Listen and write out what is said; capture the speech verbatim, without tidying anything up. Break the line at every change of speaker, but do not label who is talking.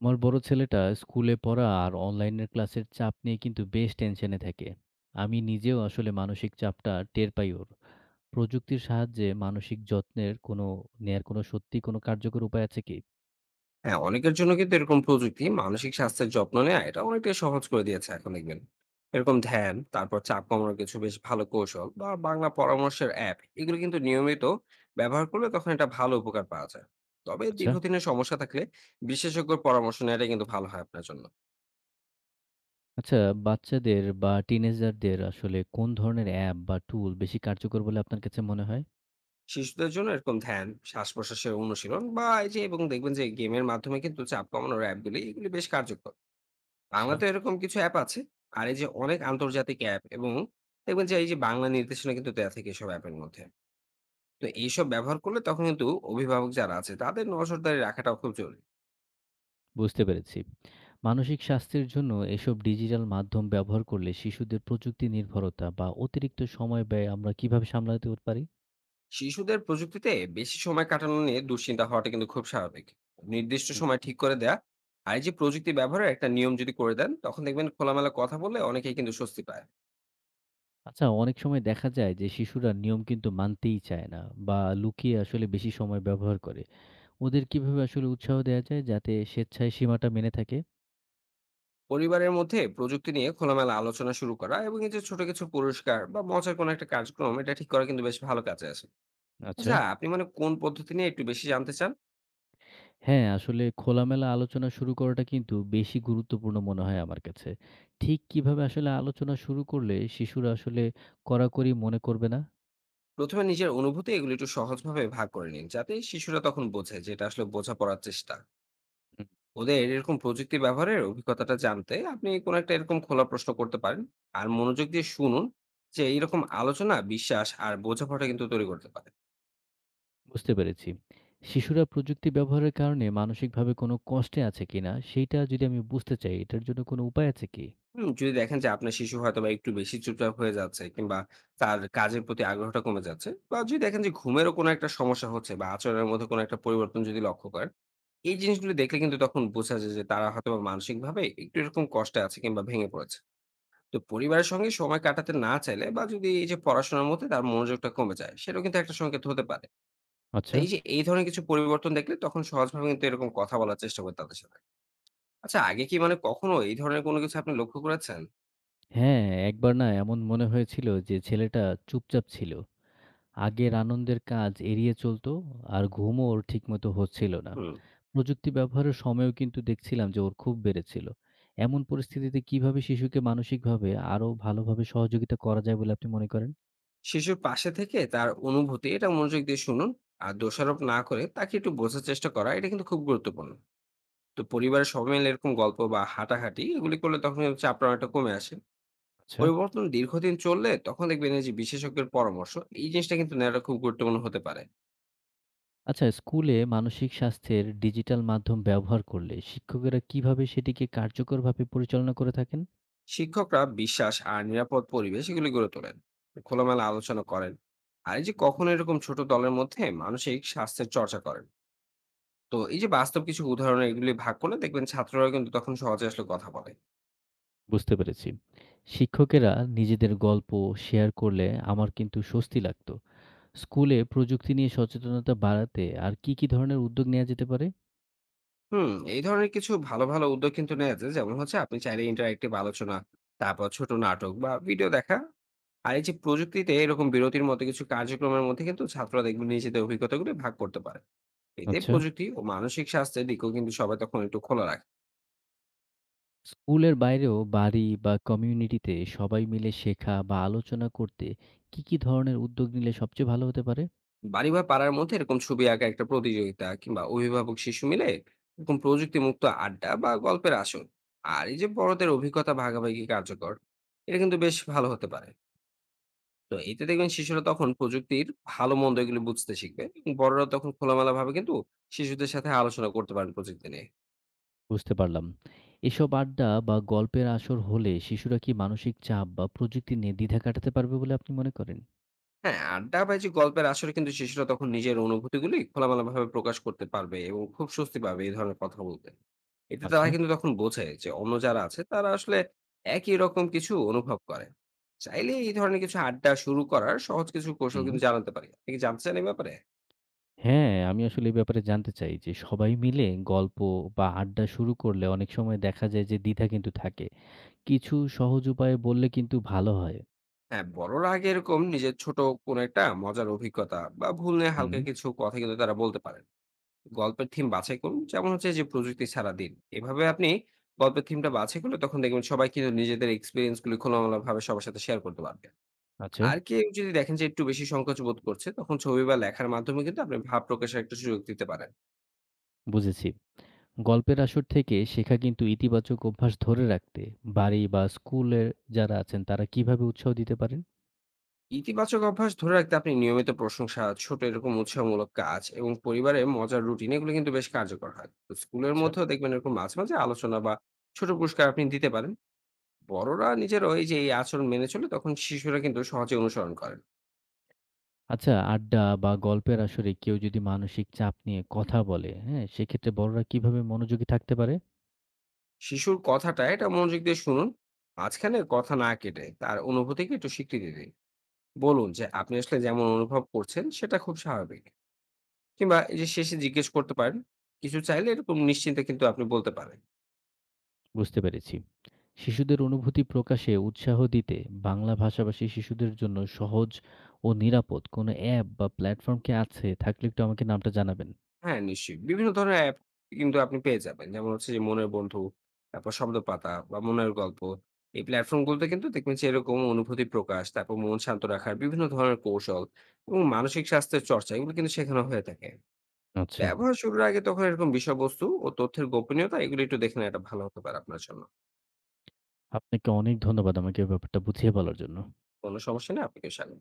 আমার বড় ছেলেটা স্কুলে পড়া আর অনলাইনের ক্লাসের চাপ নিয়ে কিন্তু বেশ টেনশনে থাকে। আমি নিজেও আসলে মানসিক চাপটা টের পাই ওর। প্রযুক্তির সাহায্যে মানসিক যত্নের কোনো নেয়ার কোনো সত্যি কোনো কার্যকর উপায় আছে কি?
হ্যাঁ, অনেকের জন্য কিন্তু এরকম প্রযুক্তি মানসিক স্বাস্থ্যের যত্ন নেওয়া এটা অনেকটাই সহজ করে দিয়েছে এখন দেখবেন। এরকম ধ্যান, তারপর চাপ কমানোর কিছু বেশ ভালো কৌশল বা বাংলা পরামর্শের অ্যাপ এগুলো কিন্তু নিয়মিত ব্যবহার করলে তখন এটা ভালো উপকার পাওয়া যায়। তবে
আচ্ছা।
দীর্ঘদিনের সমস্যা থাকলে বিশেষজ্ঞর পরামর্শ নেওয়াটা কিন্তু ভালো হয় আপনার জন্য।
আচ্ছা, বাচ্চাদের বা টিনেজারদের আসলে কোন ধরনের অ্যাপ বা টুল বেশি কার্যকর বলে আপনার কাছে মনে হয়?
শিশুদের জন্য এরকম ধ্যান, শ্বাস-প্রশ্বাসের অনুশীলন বা এই যে এবং দেখবেন যে গেমের মাধ্যমে কিন্তু চাপ কমানোর অ্যাপগুলি এগুলি বেশ কার্যকর।
আচ্ছা।
বাংলাতে এরকম কিছু অ্যাপ আছে। আর এই যে অনেক আন্তর্জাতিক অ্যাপ এবং দেখবেন যে এই যে বাংলা নির্দেশনা কিন্তু দেয়া থাকে এসব অ্যাপের মধ্যে। তো এইসব ব্যবহার করলে তখন কিন্তু অভিভাবক যারা আছে তাদের নজরদারি রাখাটাও খুব জরুরি।
বুঝতে পেরেছি। মানসিক স্বাস্থ্যের জন্য এসব ডিজিটাল মাধ্যম ব্যবহার করলে শিশুদের প্রযুক্তি নির্ভরতা বা অতিরিক্ত সময় ব্যয় আমরা কিভাবে সামলাতে পারি?
শিশুদের প্রযুক্তিতে বেশি সময় কাটানো নিয়ে দুশ্চিন্তা হওয়াটা কিন্তু খুব স্বাভাবিক। নির্দিষ্ট সময় ঠিক করে দেয়া আর এই যে প্রযুক্তি ব্যবহারের একটা নিয়ম যদি করে দেন তখন দেখবেন খোলামেলা কথা বললে অনেকেই কিন্তু স্বস্তি পায়।
আচ্ছা, অনেক সময় দেখা যায় যে শিশুরা নিয়ম কিন্তু মানতেই চায় না বা লুকিয়ে আসলে বেশি সময় ব্যবহার করে। ওদের কিভাবে আসলে উৎসাহ দেওয়া যায় যাতে স্বেচ্ছায় সীমাটা মেনে থাকে?
পরিবারের মধ্যে প্রযুক্তি নিয়ে খোলামেলা আলোচনা শুরু করা এবং এই যে ছোট কিছু পুরস্কার বা মজার কোনো একটা কার্যক্রম এটা ঠিক করা কিন্তু বেশ ভালো কাজে আসে।
আচ্ছা।
আচ্ছা আপনি মানে কোন পদ্ধতি নিয়ে একটু বেশি জানতে চান?
হ্যাঁ, আসলে খোলামেলা আলোচনা শুরু করাটা কিন্তু বেশি গুরুত্বপূর্ণ মনে হয় আমার কাছে। ঠিক কিভাবে আসলে আলোচনা শুরু করলে শিশুরা আসলে কড়াকড়ি মনে করবে না?
প্রথমে নিজের অনুভূতি এগুলো একটু সহজভাবে ভাগ করে নিন যাতে শিশুরা তখন বোঝে যে এটা আসলে বোঝাপড়ার চেষ্টা।
হুম।
ওদের এরকম প্রযুক্তি ব্যবহারের অভিজ্ঞতাটা জানতে আপনি কোনো একটা এরকম খোলা প্রশ্ন করতে পারেন আর মনোযোগ দিয়ে শুনুন যে এরকম আলোচনা বিশ্বাস আর বোঝাপড়া কিন্তু তৈরি করতে পারে।
বুঝতে পেরেছি। শিশুরা প্রযুক্তি ব্যবহারের কারণে মানসিকভাবে কোনো কষ্টে আছে কিনা সেইটা যদি আমি বুঝতে চাই, এটার জন্য কোনো উপায় আছে কি?
হুম, যদি দেখেন যে আপনার শিশু হয়তো বা একটু বেশি চুপচাপ হয়ে যাচ্ছে কিংবা তার কাজের প্রতি আগ্রহটা কমে যাচ্ছে বা যদি দেখেন যে ঘুমেরও কোনো একটা সমস্যা হচ্ছে বা আচরণের মধ্যে কোনো একটা পরিবর্তন যদি লক্ষ্য করেন, এই জিনিসগুলো দেখলে কিন্তু তখন বোঝা যায় যে তারা হয়তো মানসিকভাবে একটু এরকম কষ্টে আছে কিংবা ভেঙে পড়েছে। তো পরিবারের সঙ্গে সময় কাটাতে না চাইলে বা যদি এই যে পড়াশোনার মধ্যে তার মনোযোগটা কমে যায়, সেটাও কিন্তু একটা সংকেত হতে পারে। তো
আচ্ছা।
এই যে এই ধরনের কিছু পরিবর্তন দেখলে তখন সহজভাবে কিন্তু এরকম কথা বলার চেষ্টা করি তাদের সাথে। আচ্ছা আগে কি মানে কখনো এই ধরনের কোনো কিছু আপনি লক্ষ্য করেছেন?
হ্যাঁ, একবার না এমন মনে হয়েছিল যে ছেলেটা চুপচাপ ছিল। আগের আনন্দের কাজ এড়িয়ে চলত আর ঘুমও ওর ঠিকমতো হচ্ছিল না।
হুম।
প্রযুক্তি ব্যবহারের সময়ও কিন্তু দেখছিলাম যে ওর খুব বেড়েছিল। এমন পরিস্থিতিতে কিভাবে শিশুকে মানসিকভাবে আরো ভালোভাবে সহযোগিতা করা যায় বলে আপনি মনে করেন?
শিশুর পাশে থেকে তার অনুভূতি এটা মনোযোগ দিয়ে শুনুন। আর দোষারোপ না করে তাকে একটু বোঝার চেষ্টা করা এটা কিন্তু খুব গুরুত্বপূর্ণ। তো পরিবারের সবাই মিলে এরকম গল্প বা হাঁটাহাঁটি এগুলি করলে তখন হচ্ছে আপনার একটা কমে আসে।
আচ্ছা।
পরিবর্তন দীর্ঘদিন চললে তখন দেখবেন এই যে বিশেষজ্ঞের পরামর্শ এই জিনিসটা কিন্তু নেওয়াটা খুব গুরুত্বপূর্ণ হতে পারে।
আচ্ছা, স্কুলে মানসিক স্বাস্থ্যের ডিজিটাল মাধ্যম ব্যবহার করলে শিক্ষকেরা কিভাবে সেটিকে কার্যকরভাবে পরিচালনা করে থাকেন?
শিক্ষকরা বিশ্বাস আর নিরাপদ পরিবেশ এগুলি গড়ে তোলেন, খোলামেলা আলোচনা করেন, আর এই যে কখনো এরকম ছোট দলের মধ্যে মানসিক স্বাস্থ্যের চর্চা করেন। তো এই যে বাস্তব কিছু উদাহরণ এগুলি ভাগ করলে দেখবেন ছাত্ররা কিন্তু তখন সহজে আসলে কথা বলে।
বুঝতে পেরেছি। শিক্ষকেরা নিজেদের গল্প শেয়ার করলে আমার কিন্তু স্বস্তি লাগতো। স্কুলে প্রযুক্তি নিয়ে সচেতনতা বাড়াতে আর কি, কি ধরনের উদ্যোগ নেওয়া যেতে পারে?
হুম, এই ধরনের কিছু ভালো, ভালো উদ্যোগ কিন্তু নেওয়া যায়। যেমন হচ্ছে আপনি চাইলে ইন্টারেক্টিভ আলোচনা, তারপর ছোট নাটক বা ভিডিও দেখা। আর এই যে প্রযুক্তিতে এরকম বিরতির মতো কিছু কার্যক্রমের মধ্যে কিন্তু ছাত্ররা দেখবেন নিজেদের অভিজ্ঞতাগুলি ভাগ করতে পারে। এতে
আচ্ছা।
প্রযুক্তি ও মানসিক স্বাস্থ্যের দিকেও কিন্তু সবাই তখন একটু খোলা রাখে।
স্কুলের বাইরেও বাড়ি বা কমিউনিটিতে সবাই মিলে শেখা বা আলোচনা করতে কি, কি ধরনের উদ্যোগ নিলে সবচেয়ে ভালো হতে পারে?
বাড়ি বা পাড়ার মধ্যে এরকম ছবি আঁকা একটা প্রতিযোগিতা কিংবা অভিভাবক শিশু মিলে এরকম প্রযুক্তি মুক্ত আড্ডা বা গল্পের আসর। আর এই যে বড়দের অভিজ্ঞতা ভাগাভাগি কার্যকর, এটা কিন্তু বেশ ভালো হতে পারে। তো এতে দেখবেন শিশুরা তখন প্রযুক্তির ভালো মন্দ এগুলো বুঝতে শিখবে এবং বড়রা তখন খোলামেলা ভাবে কিন্তু শিশুদের সাথে আলোচনা করতে পারেন প্রযুক্তি নিয়ে।
বুঝতে পারলাম। এসব আড্ডা বা গল্পের আসর হলে শিশুরা কি মানসিক চাপ বা প্রযুক্তি নিয়ে দ্বিধা কাটাতে পারবে বলে আপনি মনে করেন?
হ্যাঁ, আড্ডা বা এই যে গল্পের আসরে কিন্তু শিশুরা তখন নিজের অনুভূতিগুলি খোলামেলা ভাবে প্রকাশ করতে পারবে এবং খুব স্বস্তি পাবে এই ধরনের কথা বলতে। এতে তারা
আচ্ছা।
কিন্তু তখন বোঝে যে অন্য যারা আছে তারা আসলে একই রকম কিছু অনুভব করে। চাইলে এই ধরনের কিছু আড্ডা শুরু করার সহজ কিছু কৌশল
হুম।
কিন্তু জানাতে পারি। আপনি কি জানতে চান এই ব্যাপারে?
হ্যাঁ, আমি আসলে এই ব্যাপারে জানতে চাই যে সবাই মিলে গল্প বা আড্ডা শুরু করলে অনেক সময় দেখা যায় যে দ্বিধা কিন্তু থাকে। কিছু সহজ উপায়ে বললে কিন্তু ভালো হয়।
হ্যাঁ, বড়রা আগে এরকম নিজের ছোট কোনো একটা মজার অভিজ্ঞতা বা ভুল নিয়ে
হুম,
হালকা কিছু কথা কিন্তু তারা বলতে পারেন। গল্পের থিম বাছাই করুন। যেমন হচ্ছে যে প্রযুক্তি ছাড়া দিন। এভাবে আপনি গল্পের থিমটা বাছাই করলে তখন দেখবেন সবাই কিন্তু নিজেদের এক্সপেরিয়েন্স গুলো খোলামেলাভাবে সবার সাথে শেয়ার করতে পারবে।
আচ্ছা,
আর কেউ যদি দেখেন যে একটু বেশি সংকোচ বোধ করছে তখন ছবি বা লেখার মাধ্যমে কিন্তু আপনি ভাব প্রকাশের একটা সুযোগ দিতে পারেন।
বুঝেছি। গল্পের আসর থেকে শেখা কিন্তু ইতিবাচক অভ্যাস ধরে রাখতে বাড়ি বা স্কুলের যারা আছেন তারা কিভাবে উৎসাহ দিতে পারেন?
ইতিবাচক অভ্যাস ধরে রাখতে আপনি নিয়মিত প্রশংসা, ছোট এরকম উৎসাহমূলক কাজ এবং পরিবারে মজার রুটিন এগুলো কিন্তু বেশ কার্যকর হয়। তো স্কুলের
আচ্ছা।
মধ্যেও দেখবেন এরকম মাঝে মাঝে আলোচনা বা ছোট পুরস্কার আপনি দিতে পারেন। বড়রা নিজেরাও এই যে এই আচরণ মেনে চলে তখন শিশুরা কিন্তু সহজে অনুসরণ করেন।
আচ্ছা, আড্ডা বা গল্পের আসরে কেউ যদি মানসিক চাপ নিয়ে কথা বলে, হ্যাঁ, সেক্ষেত্রে বড়রা কিভাবে মনোযোগী থাকতে পারে?
শিশুর কথাটা এটা মনোযোগ দিয়ে শুনুন। মাঝখানে কথা না কেটে তার অনুভূতিকে একটু স্বীকৃতি দিন। বলুন যে আপনি আসলে যেমন অনুভব করছেন সেটা খুব স্বাভাবিক। কিংবা এই যে শেষে জিজ্ঞেস করতে পারেন কিছু চাইলে এরকম নিশ্চিন্তে কিন্তু আপনি বলতে পারেন।
বুঝতে পেরেছি। শিশুদের অনুভূতি প্রকাশে উৎসাহ দিতে বাংলা ভাষাভাষী শিশুদের জন্য সহজ ও নিরাপদ কোনো অ্যাপ বা প্ল্যাটফর্ম কি আছে? থাকলে একটু আমাকে নামটা জানাবেন।
হ্যাঁ, নিশ্চয়ই। বিভিন্ন ধরনের অ্যাপ কিন্তু আপনি পেয়ে যাবেন। যেমন হচ্ছে যে মনের বন্ধু, তারপর শব্দপাতা বা মনের গল্প। এই প্ল্যাটফর্ম গুলোতে কিন্তু দেখবেন যে এরকম অনুভূতি প্রকাশ, তারপর মন শান্ত রাখার বিভিন্ন ধরনের কৌশল এবং মানসিক স্বাস্থ্যের চর্চা এগুলো কিন্তু শেখানো হয়ে থাকে।
আচ্ছা,
ব্যবহার শুরুর আগে তখন এরকম বিষয়বস্তু ও তথ্যের গোপনীয়তা এগুলো একটু দেখে নেওয়াটা ভালো হতে পারে আপনার জন্য।
আপনাকে অনেক ধন্যবাদ আমাকে এই ব্যাপারটা বুঝিয়ে বলার জন্য।
কোনো সমস্যা নেই, আপনাকেও স্বাগত।